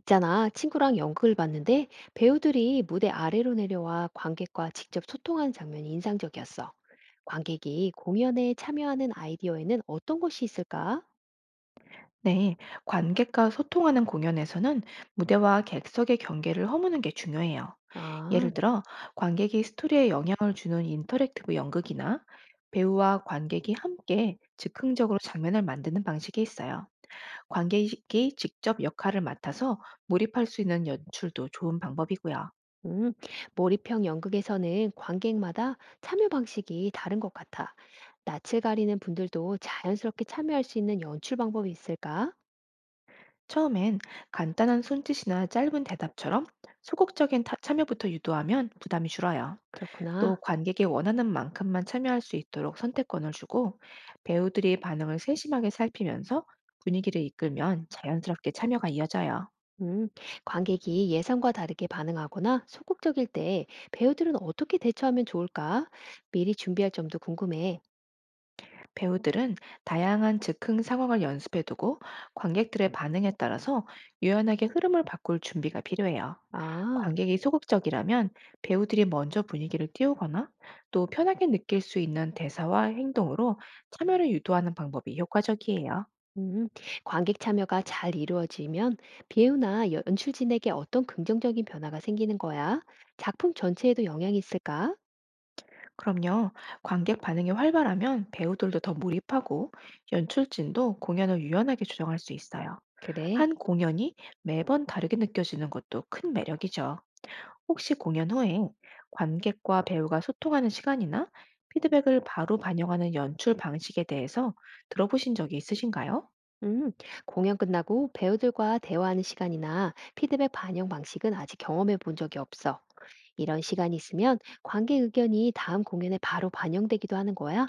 있잖아, 친구랑 연극을 봤는데 배우들이 무대 아래로 내려와 관객과 직접 소통하는 장면이 인상적이었어. 관객이 공연에 참여하는 아이디어에는 어떤 것이 있을까? 네, 관객과 소통하는 공연에서는 무대와 객석의 경계를 허무는 게 중요해요. 아, 예를 들어, 관객이 스토리에 영향을 주는 인터랙티브 연극이나 배우와 관객이 함께 즉흥적으로 장면을 만드는 방식이 있어요. 관객이 직접 역할을 맡아서 몰입할 수 있는 연출도 좋은 방법이고요. 음, 몰입형 연극에서는 관객마다 참여 방식이 다른 것 같아. 낯을 가리는 분들도 자연스럽게 참여할 수 있는 연출 방법이 있을까? 처음엔 간단한 손짓이나 짧은 대답처럼 소극적인 참여부터 유도하면 부담이 줄어요. 또 그렇구나. 관객이 원하는 만큼만 참여할 수 있도록 선택권을 주고, 배우들이 반응을 세심하게 살피면서 분위기를 이끌면 자연스럽게 참여가 이어져요. 음, 관객이 예상과 다르게 반응하거나 소극적일 때 배우들은 어떻게 대처하면 좋을까? 미리 준비할 점도 궁금해. 배우들은 다양한 즉흥 상황을 연습해 두고, 관객들의 반응에 따라서 유연하게 흐름을 바꿀 준비가 필요해요. 아, 관객이 소극적이라면 배우들이 먼저 분위기를 띄우거나 또 편하게 느낄 수 있는 대사와 행동으로 참여를 유도하는 방법이 효과적이에요. 음, 관객 참여가 잘 이루어지면 배우나 연출진에게 어떤 긍정적인 변화가 생기는 거야? 작품 전체에도 영향이 있을까? 그럼요. 관객 반응이 활발하면 배우들도 더 몰입하고, 연출진도 공연을 유연하게 조정할 수 있어요. 그래. 한 공연이 매번 다르게 느껴지는 것도 큰 매력이죠. 혹시 공연 후에 관객과 배우가 소통하는 시간이나 피드백을 바로 반영하는 연출 방식에 대해서 들어보신 적이 있으신가요? 음, 공연 끝나고 배우들과 대화하는 시간이나 피드백 반영 방식은 아직 경험해 본 적이 없어. 이런 시간이 있으면 관객 의견이 다음 공연에 바로 반영되기도 하는 거야?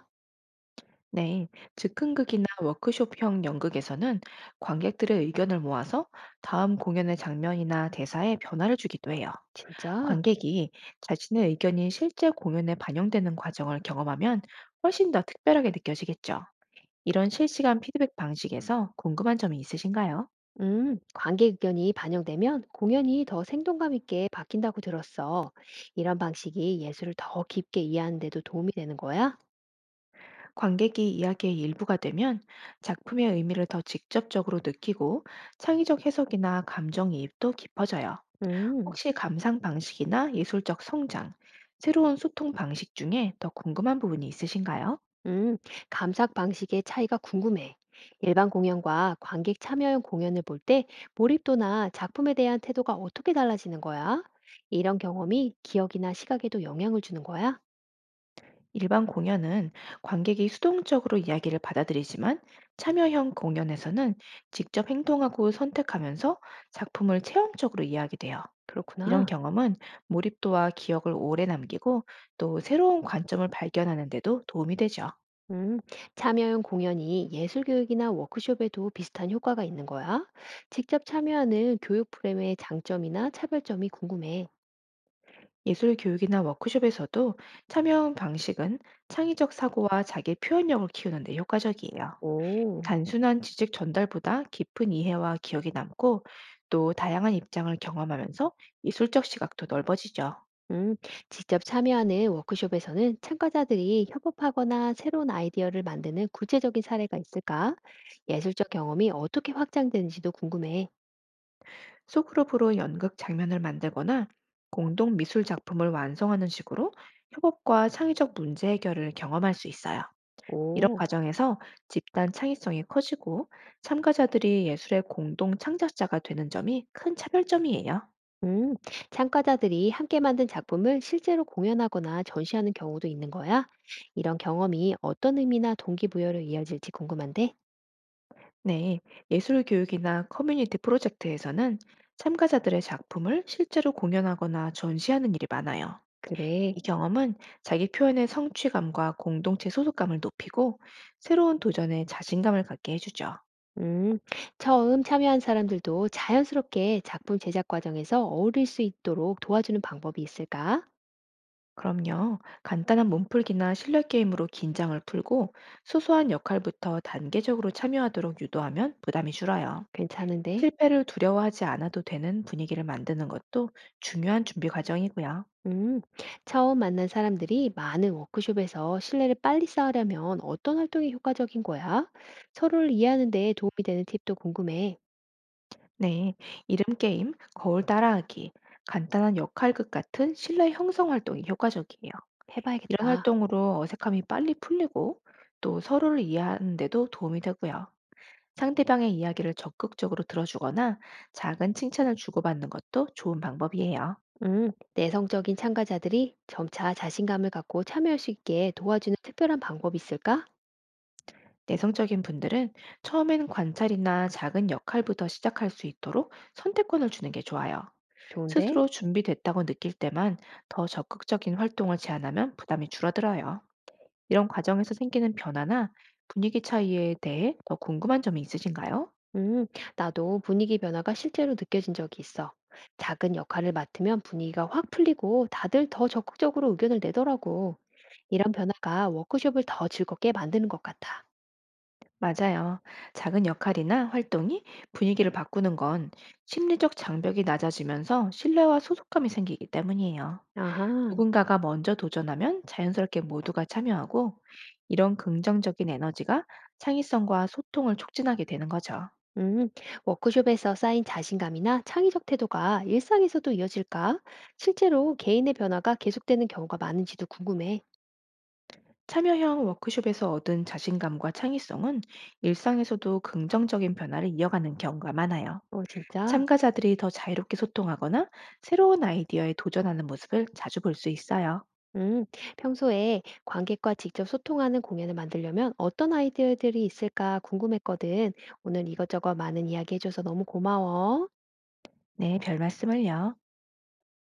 네, 즉흥극이나 워크숍형 연극에서는 관객들의 의견을 모아서 다음 공연의 장면이나 대사에 변화를 주기도 해요. 진짜? 관객이 자신의 의견이 실제 공연에 반영되는 과정을 경험하면 훨씬 더 특별하게 느껴지겠죠. 이런 실시간 피드백 방식에서 궁금한 점이 있으신가요? 관객 의견이 반영되면 공연이 더 생동감 있게 바뀐다고 들었어. 이런 방식이 예술을 더 깊게 이해하는 데도 도움이 되는 거야? 관객이 이야기의 일부가 되면 작품의 의미를 더 직접적으로 느끼고, 창의적 해석이나 감정이입도 깊어져요. 음, 혹시 감상 방식이나 예술적 성장, 새로운 소통 방식 중에 더 궁금한 부분이 있으신가요? 음, 감상 방식의 차이가 궁금해. 일반 공연과 관객 참여형 공연을 볼 때 몰입도나 작품에 대한 태도가 어떻게 달라지는 거야? 이런 경험이 기억이나 시각에도 영향을 주는 거야? 일반 공연은 관객이 수동적으로 이야기를 받아들이지만, 참여형 공연에서는 직접 행동하고 선택하면서 작품을 체험적으로 이해하게 돼요. 이런 그렇구나. 경험은 몰입도와 기억을 오래 남기고, 또 새로운 관점을 발견하는 데도 도움이 되죠. 음, 참여형 공연이 예술 교육이나 워크숍에도 비슷한 효과가 있는 거야? 직접 참여하는 교육 프로그램의 장점이나 차별점이 궁금해. 예술 교육이나 워크숍에서도 참여형 방식은 창의적 사고와 자기 표현력을 키우는 데 효과적이에요. 오, 단순한 지식 전달보다 깊은 이해와 기억이 남고, 또 다양한 입장을 경험하면서 미술적 시각도 넓어지죠. 음, 직접 참여하는 워크숍에서는 참가자들이 협업하거나 새로운 아이디어를 만드는 구체적인 사례가 있을까? 예술적 경험이 어떻게 확장되는지도 궁금해. 소그룹으로 연극 장면을 만들거나 공동 미술 작품을 완성하는 식으로 협업과 창의적 문제 해결을 경험할 수 있어요. 이런 오. 과정에서 집단 창의성이 커지고, 참가자들이 예술의 공동 창작자가 되는 점이 큰 차별점이에요. 음, 참가자들이 함께 만든 작품을 실제로 공연하거나 전시하는 경우도 있는 거야? 이런 경험이 어떤 의미나 동기부여로 이어질지 궁금한데? 네, 예술 교육이나 커뮤니티 프로젝트에서는 참가자들의 작품을 실제로 공연하거나 전시하는 일이 많아요. 그래. 이 경험은 자기 표현의 성취감과 공동체 소속감을 높이고, 새로운 도전에 자신감을 갖게 해주죠. 음, 처음 참여한 사람들도 자연스럽게 작품 제작 과정에서 어울릴 수 있도록 도와주는 방법이 있을까? 그럼요, 간단한 몸풀기나 실력 게임으로 긴장을 풀고, 소소한 역할부터 단계적으로 참여하도록 유도하면 부담이 줄어요. 괜찮은데? 실패를 두려워하지 않아도 되는 분위기를 만드는 것도 중요한 준비 과정이고요. 음, 처음 만난 사람들이 많은 워크숍에서 신뢰를 빨리 쌓으려면 어떤 활동이 효과적인 거야? 서로를 이해하는 데 도움이 되는 팁도 궁금해. 네, 이름 게임, 거울 따라하기, 간단한 역할극 같은 신뢰 형성 활동이 효과적이에요. 이런 해봐야겠다. 활동으로 어색함이 빨리 풀리고, 또 서로를 이해하는 데도 도움이 되고요. 상대방의 이야기를 적극적으로 들어주거나 작은 칭찬을 주고받는 것도 좋은 방법이에요. 내성적인 참가자들이 점차 자신감을 갖고 참여할 수 있게 도와주는 특별한 방법이 있을까? 내성적인 분들은 처음엔 관찰이나 작은 역할부터 시작할 수 있도록 선택권을 주는 게 좋아요. 좋은데? 스스로 준비됐다고 느낄 때만 더 적극적인 활동을 제안하면 부담이 줄어들어요. 이런 과정에서 생기는 변화나 분위기 차이에 대해 더 궁금한 점이 있으신가요? 음, 나도 분위기 변화가 실제로 느껴진 적이 있어. 작은 역할을 맡으면 분위기가 확 풀리고 다들 더 적극적으로 의견을 내더라고. 이런 변화가 워크숍을 더 즐겁게 만드는 것 같아. 맞아요. 작은 역할이나 활동이 분위기를 바꾸는 건 심리적 장벽이 낮아지면서 신뢰와 소속감이 생기기 때문이에요. 아하, 누군가가 먼저 도전하면 자연스럽게 모두가 참여하고, 이런 긍정적인 에너지가 창의성과 소통을 촉진하게 되는 거죠. 음, 워크숍에서 쌓인 자신감이나 창의적 태도가 일상에서도 이어질까? 실제로 개인의 변화가 계속되는 경우가 많은지도 궁금해. 참여형 워크숍에서 얻은 자신감과 창의성은 일상에서도 긍정적인 변화를 이어가는 경우가 많아요. 어, 진짜? 참가자들이 더 자유롭게 소통하거나 새로운 아이디어에 도전하는 모습을 자주 볼 수 있어요. 음, 평소에 관객과 직접 소통하는 공연을 만들려면 어떤 아이디어들이 있을까 궁금했거든. 오늘 이것저것 많은 이야기 해줘서 너무 고마워. 네, 별 말씀을요.